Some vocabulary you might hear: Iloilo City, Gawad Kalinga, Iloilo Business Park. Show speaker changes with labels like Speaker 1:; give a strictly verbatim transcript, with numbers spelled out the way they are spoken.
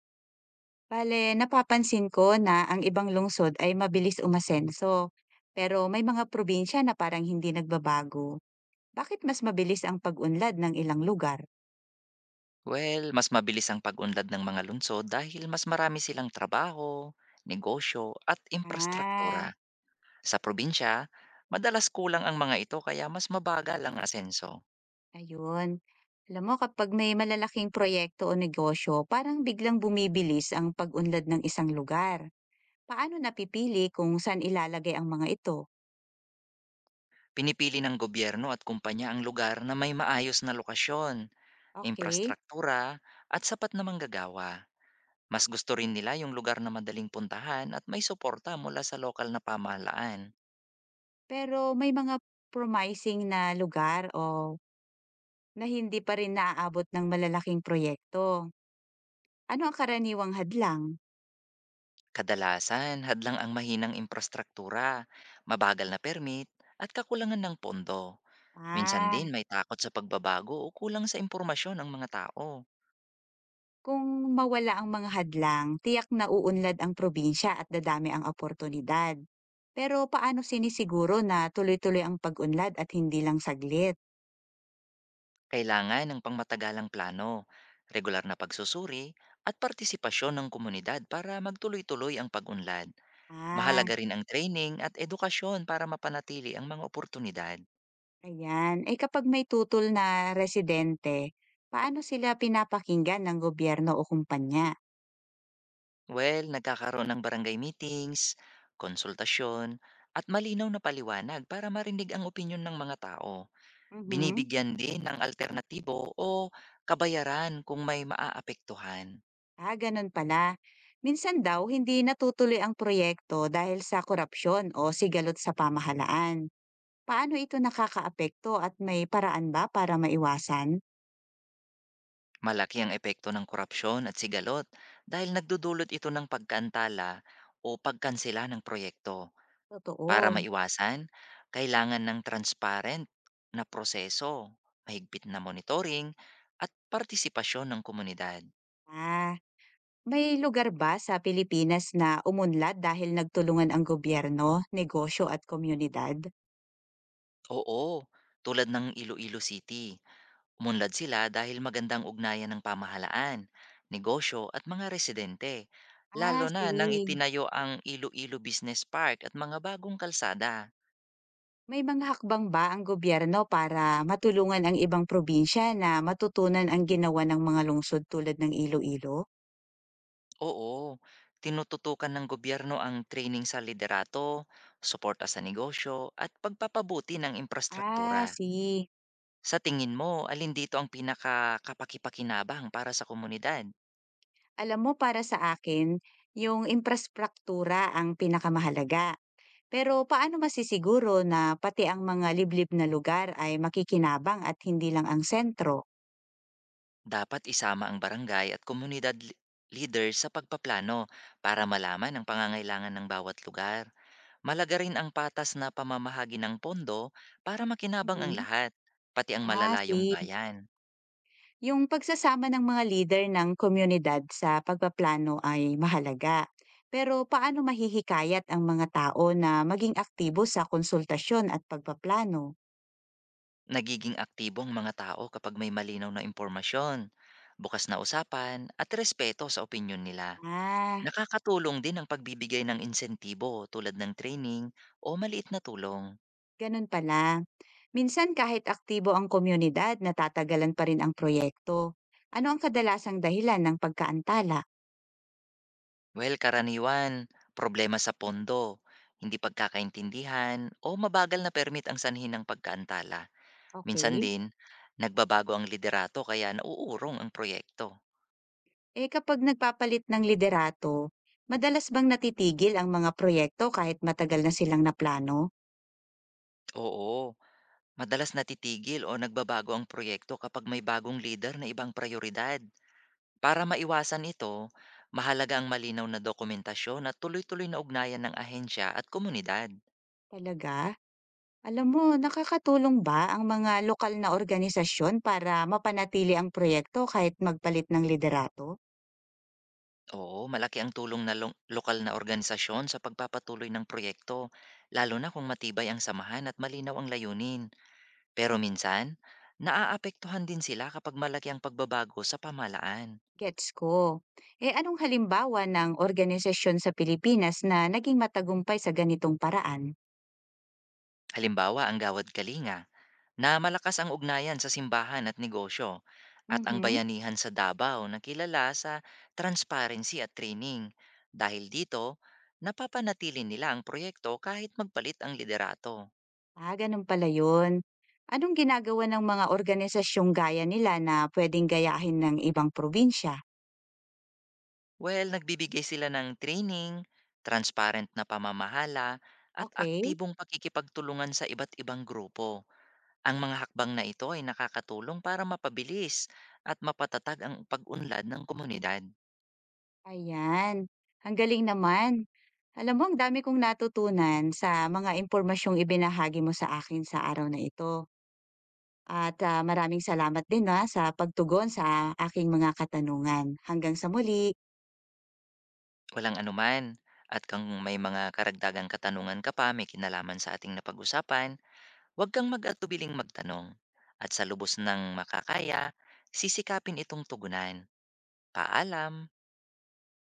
Speaker 1: Bale, napapansin ko na ang ibang lungsod ay mabilis umasenso, pero may mga probinsya na parang hindi nagbabago. Bakit mas mabilis ang pag-unlad ng ilang lugar?
Speaker 2: Well, mas mabilis ang pag-unlad ng mga lungsod dahil mas marami silang trabaho, negosyo at infrastruktura.
Speaker 1: Ah,
Speaker 2: Sa probinsya, madalas kulang ang mga ito kaya mas mabagal ang asenso.
Speaker 1: ayun. Alam mo, kapag may malalaking proyekto o negosyo, parang biglang bumibilis ang pag-unlad ng isang lugar. Paano napipili kung saan ilalagay ang mga ito?
Speaker 2: Pinipili ng gobyerno at kumpanya ang lugar na may maayos na lokasyon,
Speaker 1: Okay,
Speaker 2: infrastruktura at sapat na manggagawa. Mas gusto rin nila yung lugar na madaling puntahan at may suporta mula sa lokal na pamahalaan.
Speaker 1: pero may mga promising na lugar o na hindi pa rin naaabot ng malalaking proyekto. Ano ang karaniwang hadlang?
Speaker 2: Kadalasan, hadlang ang mahinang imprastraktura, mabagal na permit, at kakulangan ng pondo. Minsan
Speaker 1: Ah,
Speaker 2: din may takot sa pagbabago o kulang sa impormasyon ang mga tao.
Speaker 1: kung mawala ang mga hadlang, tiyak na uunlad ang probinsya at dadami ang oportunidad. Pero paano sinisiguro na tuloy-tuloy ang pag-unlad at hindi lang saglit?
Speaker 2: Kailangan ng pangmatagalang plano, regular na pagsusuri, at partisipasyon ng komunidad para magtuloy-tuloy ang pag-unlad.
Speaker 1: Ah,
Speaker 2: Mahalaga rin ang training at edukasyon para mapanatili ang mga oportunidad.
Speaker 1: ayan. Eh kapag may tutol na residente, paano sila pinapakinggan ng gobyerno o kumpanya?
Speaker 2: Well, nagkakaroon ng barangay meetings, konsultasyon, at malinaw na paliwanag para marinig ang opinyon ng mga tao.
Speaker 1: Mhm.
Speaker 2: Binibigyan din ng alternatibo o kabayaran kung may maaapektuhan.
Speaker 1: Ah, ganun pala. Minsan daw, hindi natutuloy ang proyekto dahil sa korupsyon o sigalot sa pamahalaan. Paano ito nakakaapekto at may paraan ba para maiwasan?
Speaker 2: Malaki ang epekto ng korupsyon at sigalot dahil nagdudulot ito ng pagkaantala o pagkansela ng proyekto. Para
Speaker 1: Totoo.
Speaker 2: maiwasan, kailangan ng transparent na proseso, mahigpit na monitoring, at partisipasyon ng komunidad.
Speaker 1: Ah, may lugar ba sa Pilipinas na umunlad dahil nagtulungan ang gobyerno, negosyo at komunidad?
Speaker 2: Oo, tulad ng Iloilo City. Umunlad sila dahil magandang ugnayan ng pamahalaan, negosyo at mga residente, lalo
Speaker 1: Ah,
Speaker 2: na nang
Speaker 1: sige.
Speaker 2: itinayo ang Iloilo Business Park at mga bagong kalsada.
Speaker 1: May mga hakbang ba ang gobyerno para matulungan ang ibang probinsya na matutunan ang ginawa ng mga lungsod tulad ng Iloilo?
Speaker 2: Oo, tinututukan ng gobyerno ang training sa liderato, suporta sa negosyo at pagpapabuti ng infrastruktura.
Speaker 1: Ah, si.
Speaker 2: Sa tingin mo, alin dito ang pinakakapakipakinabang para sa komunidad?
Speaker 1: Alam mo, para sa akin, yung imprastraktura ang pinakamahalaga. Pero paano masisiguro na pati ang mga liblib na lugar ay makikinabang at hindi lang ang sentro?
Speaker 2: Dapat isama ang barangay at komunidad li- leader sa pagpaplano para malaman ang pangangailangan ng bawat lugar. Malaga rin ang patas na pamamahagi ng pondo para makinabang ang
Speaker 1: Mhm.
Speaker 2: lahat, pati ang
Speaker 1: Ah,
Speaker 2: malalayong
Speaker 1: si.
Speaker 2: bayan.
Speaker 1: Yung pagsasama ng mga leader ng komunidad sa pagpaplano ay mahalaga. Pero paano mahihikayat ang mga tao na maging aktibo sa konsultasyon at pagpaplano?
Speaker 2: Nagiging aktibo ang mga tao kapag may malinaw na impormasyon, bukas na usapan at respeto sa opinyon nila.
Speaker 1: Ah,
Speaker 2: Nakakatulong din ang pagbibigay ng insentibo tulad ng training o maliit na tulong.
Speaker 1: ganun pala. Minsan kahit aktibo ang komunidad, natatagalan pa rin ang proyekto. Ano ang kadalasang dahilan ng pagkaantala?
Speaker 2: Well, karaniwan, problema sa pondo, hindi pagkakaintindihan o mabagal na permit ang sanhin ng pagkaantala. Minsan
Speaker 1: Okay.
Speaker 2: din, nagbabago ang liderato kaya nauurong ang proyekto.
Speaker 1: Eh kapag nagpapalit ng liderato, madalas bang natitigil ang mga proyekto kahit matagal na silang naplano?
Speaker 2: Oo, madalas natitigil o nagbabago ang proyekto kapag may bagong leader na ibang prioridad. Para maiwasan ito, mahalaga ang malinaw na dokumentasyon at tuloy-tuloy na ugnayan ng ahensya at komunidad.
Speaker 1: Talaga? Alam mo, nakakatulong ba ang mga lokal na organisasyon para mapanatili ang proyekto kahit magpalit ng liderato?
Speaker 2: Oo, malaki ang tulong na lo- lokal na organisasyon sa pagpapatuloy ng proyekto, lalo na kung matibay ang samahan at malinaw ang layunin. Pero minsan, naaapektuhan din sila kapag malaki ang pagbabago sa pamalaan.
Speaker 1: Gets ko. Eh anong halimbawa ng organisasyon sa Pilipinas na naging matagumpay sa ganitong paraan?
Speaker 2: Halimbawa, ang Gawad Kalinga, na malakas ang ugnayan sa simbahan at negosyo, at ang
Speaker 1: Mhm.
Speaker 2: bayanihan sa Davao na kilala sa transparency at training. Dahil dito, napapanatili nila ang proyekto kahit magpalit ang liderato.
Speaker 1: Ah, ganun pala yun. Anong ginagawa ng mga organisasyong gaya nila na pwedeng gayahin ng ibang probinsya?
Speaker 2: Well, nagbibigay sila ng training, transparent na pamamahala, at
Speaker 1: Okay,
Speaker 2: aktibong pakikipagtulungan sa iba't ibang grupo. Ang mga hakbang na ito ay nakakatulong para mapabilis at mapatatag ang pag-unlad ng komunidad.
Speaker 1: ayan. Ang galing naman. Alam mo, ang dami kong natutunan sa mga impormasyong ibinahagi mo sa akin sa araw na ito at, ah, maraming salamat din, na sa pagtugon sa aking mga katanungan. Hanggang sa muli.
Speaker 2: Walang anuman. At kung may mga karagdagang katanungan ka pa may kinalaman sa ating napag-usapan, huwag kang mag-atubiling magtanong. At sa lubos ng makakaya, sisikapin itong tugunan. Paalam!